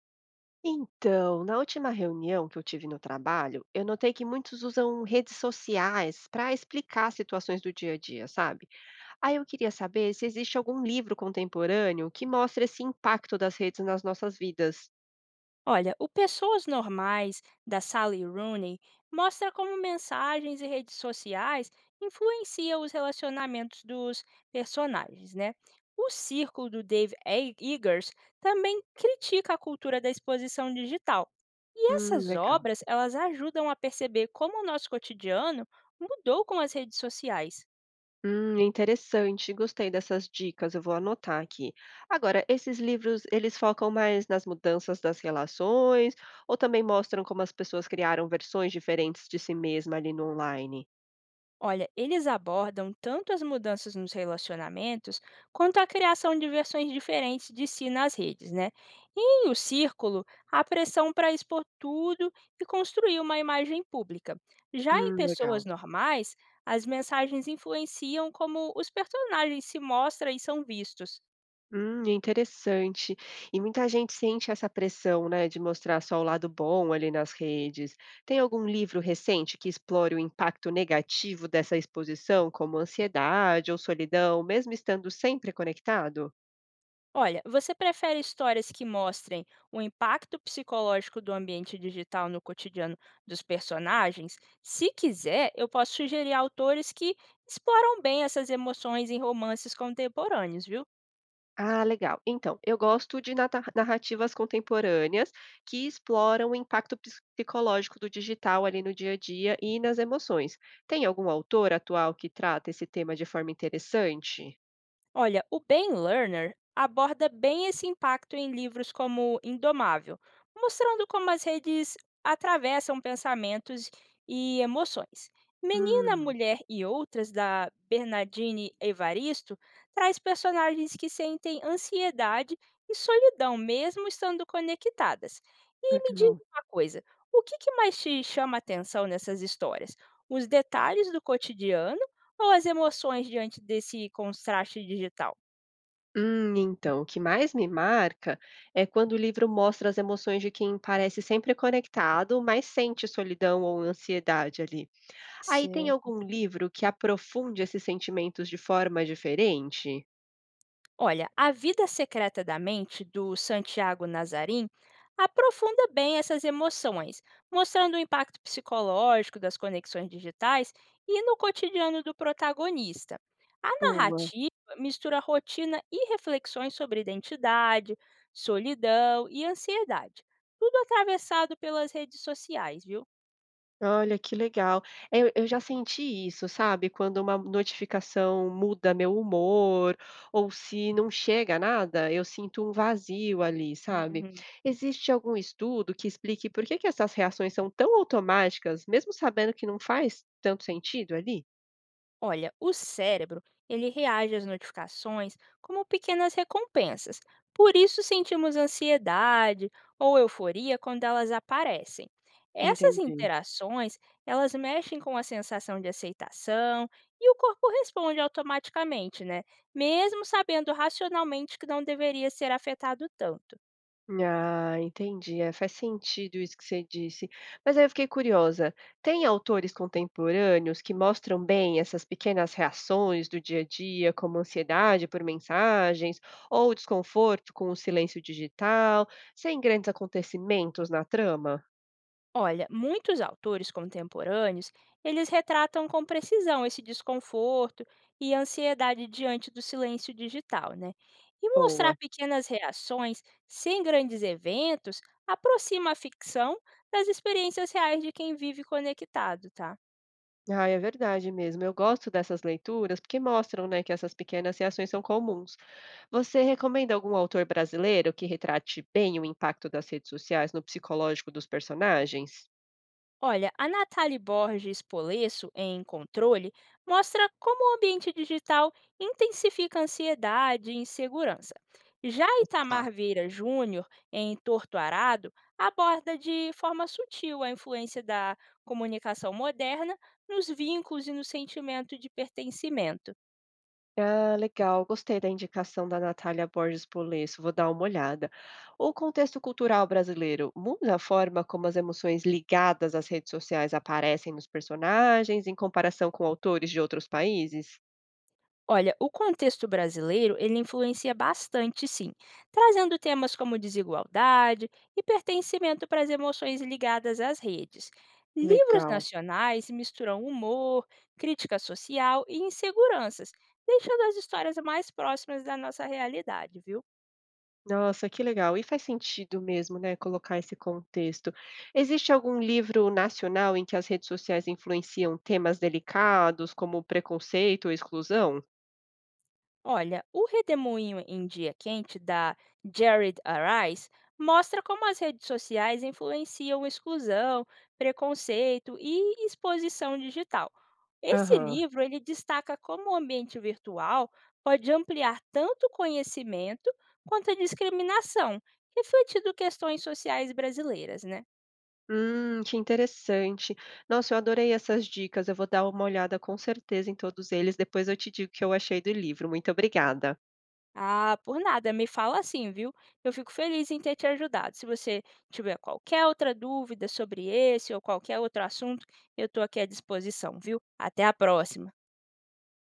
Então, na última reunião que eu tive no trabalho, eu notei que muitos usam redes sociais para explicar situações do dia a dia, sabe? Aí eu queria saber se existe algum livro contemporâneo que mostre esse impacto das redes nas nossas vidas. Olha, o Pessoas Normais, da Sally Rooney, mostra como mensagens e redes sociais influenciam os relacionamentos dos personagens, né? O Círculo, do Eggers, também critica a cultura da exposição digital. E essas Legal. obras, elas ajudam a perceber como o nosso cotidiano mudou com as redes sociais. Interessante. Gostei dessas dicas. Eu vou anotar aqui. Agora, esses livros, eles focam mais nas mudanças das relações ou também mostram como as pessoas criaram versões diferentes de si mesma ali no online? Olha, eles abordam tanto as mudanças nos relacionamentos quanto a criação de versões diferentes de si nas redes, né? E o círculo, a pressão para expor tudo e construir uma imagem pública. Já em pessoas Legal. normais, as mensagens influenciam como os personagens se mostram e são vistos. Interessante. E muita gente sente essa pressão, né, de mostrar só o lado bom ali nas redes. Tem algum livro recente que explore o impacto negativo dessa exposição, como ansiedade ou solidão, mesmo estando sempre conectado? Olha, você prefere histórias que mostrem o impacto psicológico do ambiente digital no cotidiano dos personagens? Se quiser, eu posso sugerir autores que exploram bem essas emoções em romances contemporâneos, viu? Ah, legal. Então, eu gosto de narrativas contemporâneas que exploram o impacto psicológico do digital ali no dia a dia e nas emoções. Tem algum autor atual que trata esse tema de forma interessante? Olha, o Ben Lerner aborda bem esse impacto em livros como Indomável, mostrando como as redes atravessam pensamentos e emoções. Menina, Hum, Mulher e Outras, da Bernardine Evaristo, traz personagens que sentem ansiedade e solidão, mesmo estando conectadas. E me diz legal. uma coisa, o que que mais te chama a atenção nessas histórias? Os detalhes do cotidiano? Ou as emoções diante desse contraste digital? Então, o que mais me marca é quando o livro mostra as emoções de quem parece sempre conectado, mas sente solidão ou ansiedade ali. Aí tem Certo. algum livro que aprofunde esses sentimentos de forma diferente? Olha, A Vida Secreta da Mente, do Santiago Nazarim, aprofunda bem essas emoções, mostrando o impacto psicológico das conexões digitais e no cotidiano do protagonista. A Boa. narrativa mistura rotina e reflexões sobre identidade, solidão e ansiedade, tudo atravessado pelas redes sociais, viu? Olha, que legal. É, eu já senti isso, sabe, quando uma notificação muda meu humor, ou se não chega nada, eu sinto um vazio ali, sabe. Uhum. Existe algum estudo que explique por que que essas reações são tão automáticas, mesmo sabendo que não faz tanto sentido ali? Olha, o cérebro, ele reage às notificações como pequenas recompensas. Por isso sentimos ansiedade ou euforia quando elas aparecem. Essas Entendi. interações, elas mexem com a sensação de aceitação e o corpo responde automaticamente, né? Mesmo sabendo racionalmente que não deveria ser afetado tanto. Ah, entendi. É, faz sentido isso que você disse. Mas aí eu fiquei curiosa. Tem autores contemporâneos que mostram bem essas pequenas reações do dia a dia, como ansiedade por mensagens ou desconforto com o silêncio digital, sem grandes acontecimentos na trama? Olha, muitos autores contemporâneos, eles retratam com precisão esse desconforto e ansiedade diante do silêncio digital, né? E mostrar Boa. pequenas reações sem grandes eventos aproxima a ficção das experiências reais de quem vive conectado, tá? Ah, é verdade mesmo. Eu gosto dessas leituras porque mostram, né, que essas pequenas reações são comuns. Você recomenda algum autor brasileiro que retrate bem o impacto das redes sociais no psicológico dos personagens? Olha, a Nathalie Borges Polesso, em Controle, mostra como o ambiente digital intensifica a ansiedade e insegurança. Já Tá. Itamar Vieira Júnior, em Torto Arado, aborda de forma sutil a influência da comunicação moderna nos vínculos e no sentimento de pertencimento. Ah, legal. Gostei da indicação da Natália Borges Polesso. Vou dar uma olhada. O contexto cultural brasileiro muda a forma como as emoções ligadas às redes sociais aparecem nos personagens em comparação com autores de outros países? Olha, o contexto brasileiro, ele influencia bastante, sim, trazendo temas como desigualdade e pertencimento para as emoções ligadas às redes. Livros Legal. nacionais misturam humor, crítica social e inseguranças, deixando as histórias mais próximas da nossa realidade, viu? Nossa, que legal. E faz sentido mesmo, né, colocar esse contexto. Existe algum livro nacional em que as redes sociais influenciam temas delicados, como preconceito ou exclusão? Olha, o Redemoinho em Dia Quente, da Jared Arise, mostra como as redes sociais influenciam exclusão, preconceito e exposição digital. Esse Aham. livro ele destaca como o ambiente virtual pode ampliar tanto o conhecimento quanto a discriminação, refletindo questões sociais brasileiras, né? Que interessante. Nossa, eu adorei essas dicas. Eu vou dar uma olhada com certeza em todos eles. Depois eu te digo o que eu achei do livro. Muito obrigada. Ah, por nada, me fala assim, viu? Eu fico feliz em ter te ajudado. Se você tiver qualquer outra dúvida sobre esse ou qualquer outro assunto, eu estou aqui à disposição, viu? Até a próxima!